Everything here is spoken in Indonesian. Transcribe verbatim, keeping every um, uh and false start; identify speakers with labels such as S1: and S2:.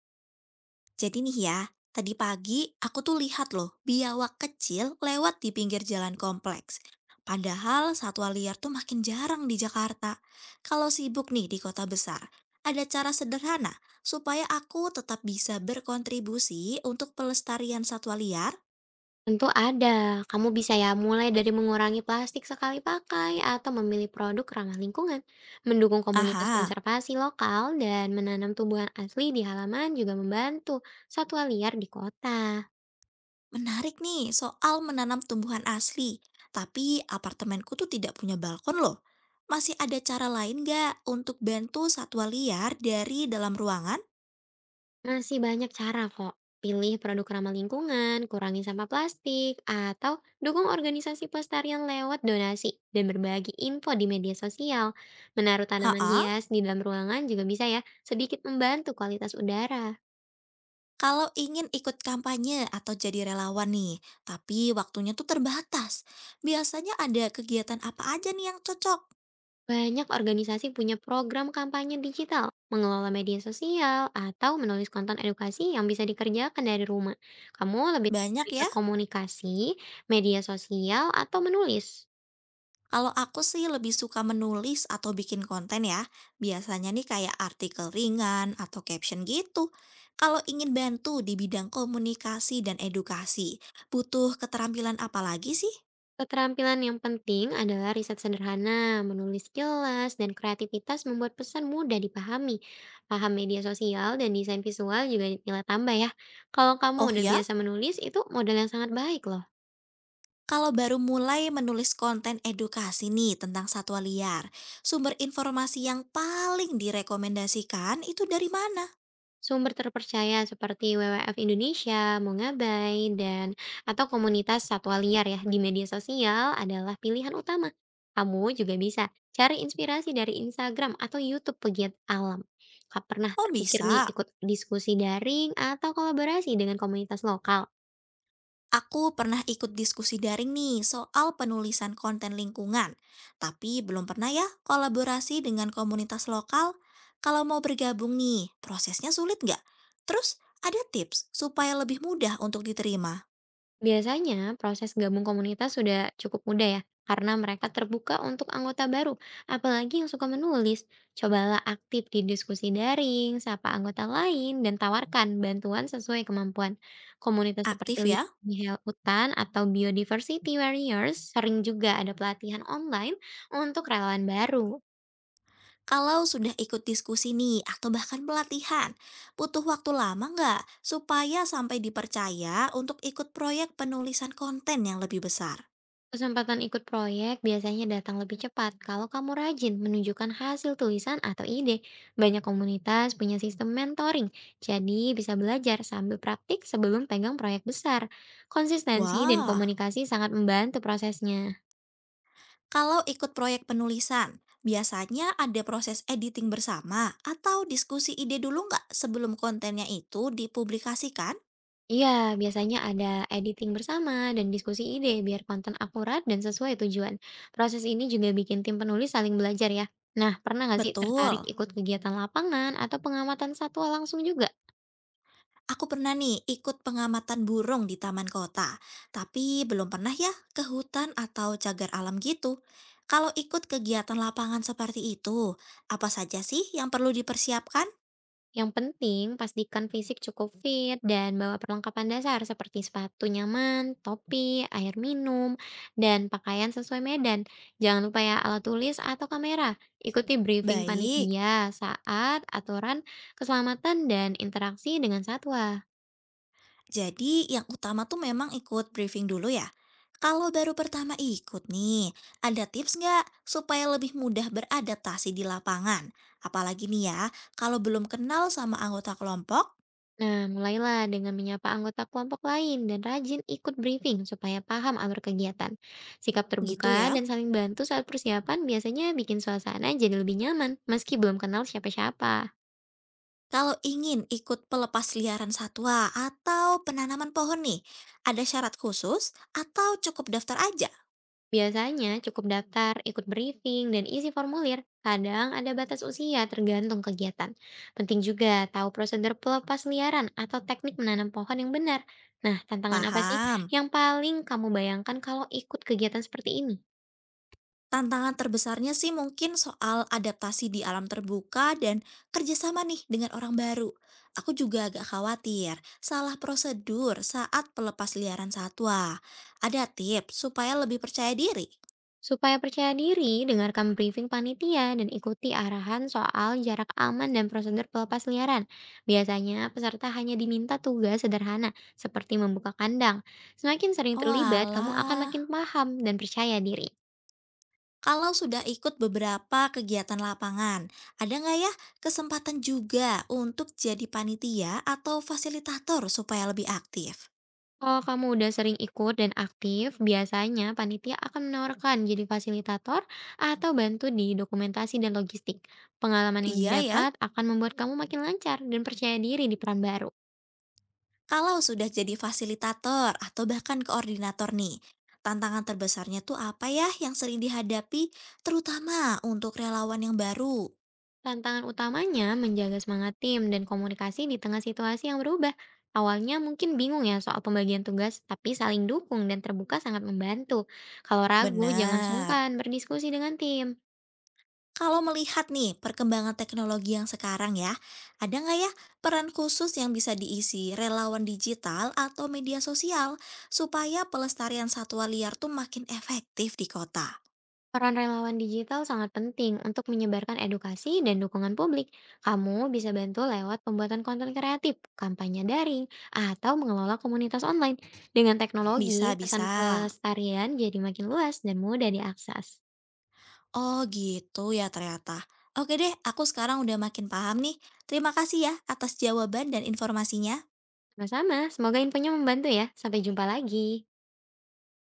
S1: Jadi nih ya, tadi pagi aku tuh lihat loh biawak kecil lewat di pinggir jalan kompleks. Padahal satwa liar tuh makin jarang di Jakarta. Kalau sibuk nih di kota besar, ada cara sederhana supaya aku tetap bisa berkontribusi untuk pelestarian satwa liar?
S2: Tentu ada. Kamu bisa ya mulai dari mengurangi plastik sekali pakai atau memilih produk ramah lingkungan. Mendukung komunitas
S1: Aha,
S2: konservasi lokal dan menanam tumbuhan asli di halaman juga membantu satwa liar di kota.
S1: menarik nih soal menanam tumbuhan asli. Tapi apartemenku tuh tidak punya balkon loh. Masih ada cara lain nggak untuk bantu satwa liar dari dalam ruangan.
S2: Masih banyak cara kok. Pilih produk ramah lingkungan, kurangi sampah plastik, atau dukung organisasi pelestarian lewat donasi dan berbagi info di media sosial. Menaruh tanaman
S1: Ha,
S2: hias di dalam ruangan juga bisa ya sedikit membantu kualitas udara.
S1: kalau ingin ikut kampanye atau jadi relawan nih, tapi waktunya tuh terbatas. Biasanya ada kegiatan apa aja nih yang cocok?
S2: Banyak organisasi punya program kampanye digital, mengelola media sosial, atau menulis konten edukasi yang bisa dikerjakan dari rumah. Kamu lebih
S1: Banyak
S2: tertarik ke
S1: ya.
S2: komunikasi, media sosial, atau menulis?
S1: Kalau aku sih lebih suka menulis atau bikin konten ya. Biasanya nih kayak artikel ringan atau caption gitu. Kalau ingin bantu di bidang komunikasi dan edukasi, butuh keterampilan apa lagi sih?
S2: Keterampilan yang penting adalah riset sederhana, menulis jelas, dan kreativitas membuat pesan mudah dipahami. Paham media sosial dan desain visual juga nilai tambah ya. Kalau kamu
S1: Oh
S2: udah
S1: ya,
S2: biasa menulis, itu modal yang sangat baik loh.
S1: kalau baru mulai menulis konten edukasi nih tentang satwa liar, sumber informasi yang paling direkomendasikan itu dari mana?
S2: Sumber terpercaya seperti W W F Indonesia, Mongabai, dan atau komunitas satwa liar ya di media sosial adalah pilihan utama. Kamu juga bisa cari inspirasi dari Instagram atau YouTube pegiat alam. Kak pernah
S1: Oh
S2: terpikir nih
S1: bisa,
S2: ikut diskusi daring atau kolaborasi dengan komunitas lokal?
S1: aku pernah ikut diskusi daring nih soal penulisan konten lingkungan, tapi belum pernah ya kolaborasi dengan komunitas lokal. Kalau mau bergabung nih, prosesnya sulit nggak? Terus ada tips supaya lebih mudah untuk diterima?
S2: Biasanya, proses gabung komunitas sudah cukup mudah ya, karena mereka terbuka untuk anggota baru, apalagi yang suka menulis. Cobalah aktif di diskusi daring, sapa anggota lain, dan tawarkan bantuan sesuai kemampuan. Komunitas seperti
S1: Aktif ya?
S2: Lindungi Hutan atau Biodiversity Warriors sering juga ada pelatihan online untuk relawan baru.
S1: Kalau sudah ikut diskusi nih, atau bahkan pelatihan, butuh waktu lama nggak supaya sampai dipercaya untuk ikut proyek penulisan konten yang lebih besar?
S2: Kesempatan ikut proyek biasanya datang lebih cepat kalau kamu rajin menunjukkan hasil tulisan atau ide. Banyak komunitas punya sistem mentoring, jadi bisa belajar sambil praktik sebelum pegang proyek besar. Konsistensi dan
S1: Wah,
S2: komunikasi sangat membantu prosesnya.
S1: kalau ikut proyek penulisan, biasanya ada proses editing bersama atau diskusi ide dulu nggak sebelum kontennya itu dipublikasikan?
S2: Iya, biasanya ada editing bersama dan diskusi ide biar konten akurat dan sesuai tujuan. Proses ini juga bikin tim penulis saling belajar ya. Nah, pernah nggak sih tertarik
S1: Betul.
S2: ikut kegiatan lapangan atau pengamatan satwa langsung juga?
S1: Aku pernah nih ikut pengamatan burung di taman kota, tapi belum pernah ya ke hutan atau cagar alam gitu. Kalau ikut kegiatan lapangan seperti itu, apa saja sih yang perlu dipersiapkan?
S2: Yang penting, pastikan fisik cukup fit dan bawa perlengkapan dasar seperti sepatu nyaman, topi, air minum, dan pakaian sesuai medan. Jangan lupa ya alat tulis atau kamera. Ikuti briefing
S1: Baik,
S2: panitia saat aturan keselamatan dan interaksi dengan satwa.
S1: jadi yang utama tuh memang ikut briefing dulu ya. Kalau baru pertama ikut nih, ada tips nggak supaya lebih mudah beradaptasi di lapangan? Apalagi nih ya, kalau belum kenal sama anggota kelompok,
S2: Nah, mulailah dengan menyapa anggota kelompok lain dan rajin ikut briefing supaya paham alur kegiatan. Sikap
S1: gitu
S2: terbuka
S1: ya.
S2: dan saling bantu saat persiapan biasanya bikin suasana jadi lebih nyaman meski belum kenal siapa-siapa.
S1: Kalau ingin ikut pelepas liaran satwa atau penanaman pohon nih, ada syarat khusus atau cukup daftar aja?
S2: Biasanya cukup daftar, ikut briefing, dan isi formulir. Kadang ada batas usia tergantung kegiatan. Penting juga tahu prosedur pelepas liaran atau teknik menanam pohon yang benar. Nah, tantangan apa sih
S1: Paham.
S2: yang paling kamu bayangkan kalau ikut kegiatan seperti ini?
S1: Tantangan terbesarnya sih mungkin soal adaptasi di alam terbuka dan kerjasama nih dengan orang baru. Aku juga agak khawatir salah prosedur saat pelepas liaran satwa. Ada tips supaya lebih percaya diri?
S2: Supaya percaya diri, dengarkan briefing panitia dan ikuti arahan soal jarak aman dan prosedur pelepas liaran. Biasanya, peserta hanya diminta tugas sederhana seperti membuka kandang. Semakin sering
S1: Oh
S2: terlibat, kamu akan
S1: alah.
S2: makin paham dan percaya diri.
S1: Kalau sudah ikut beberapa kegiatan lapangan, ada nggak ya kesempatan juga untuk jadi panitia atau fasilitator supaya lebih aktif?
S2: Kalau kamu udah sering ikut dan aktif, biasanya panitia akan menawarkan jadi fasilitator atau bantu di dokumentasi dan logistik. Pengalaman yang
S1: Iya ya,
S2: didapat akan membuat kamu makin lancar dan percaya diri di peran baru.
S1: kalau sudah jadi fasilitator atau bahkan koordinator nih, tantangan terbesarnya tuh apa ya yang sering dihadapi, terutama untuk relawan yang baru?
S2: Tantangan utamanya menjaga semangat tim dan komunikasi di tengah situasi yang berubah. Awalnya mungkin bingung ya soal pembagian tugas, tapi saling dukung dan terbuka sangat membantu. Kalau ragu, jangan
S1: Benar.
S2: sungkan berdiskusi dengan tim.
S1: Kalau melihat nih perkembangan teknologi yang sekarang ya, ada nggak ya peran khusus yang bisa diisi relawan digital atau media sosial supaya pelestarian satwa liar tuh makin efektif di kota?
S2: Peran relawan digital sangat penting untuk menyebarkan edukasi dan dukungan publik. Kamu bisa bantu lewat pembuatan konten kreatif, kampanye daring, atau mengelola komunitas online. Dengan teknologi, pesan
S1: Bisa-bisa.
S2: pelestarian jadi makin luas dan mudah diakses.
S1: Oh gitu ya ternyata. Oke deh, aku sekarang udah makin paham nih. Terima kasih ya atas jawaban dan informasinya.
S2: Sama-sama, semoga infonya membantu ya. Sampai jumpa lagi.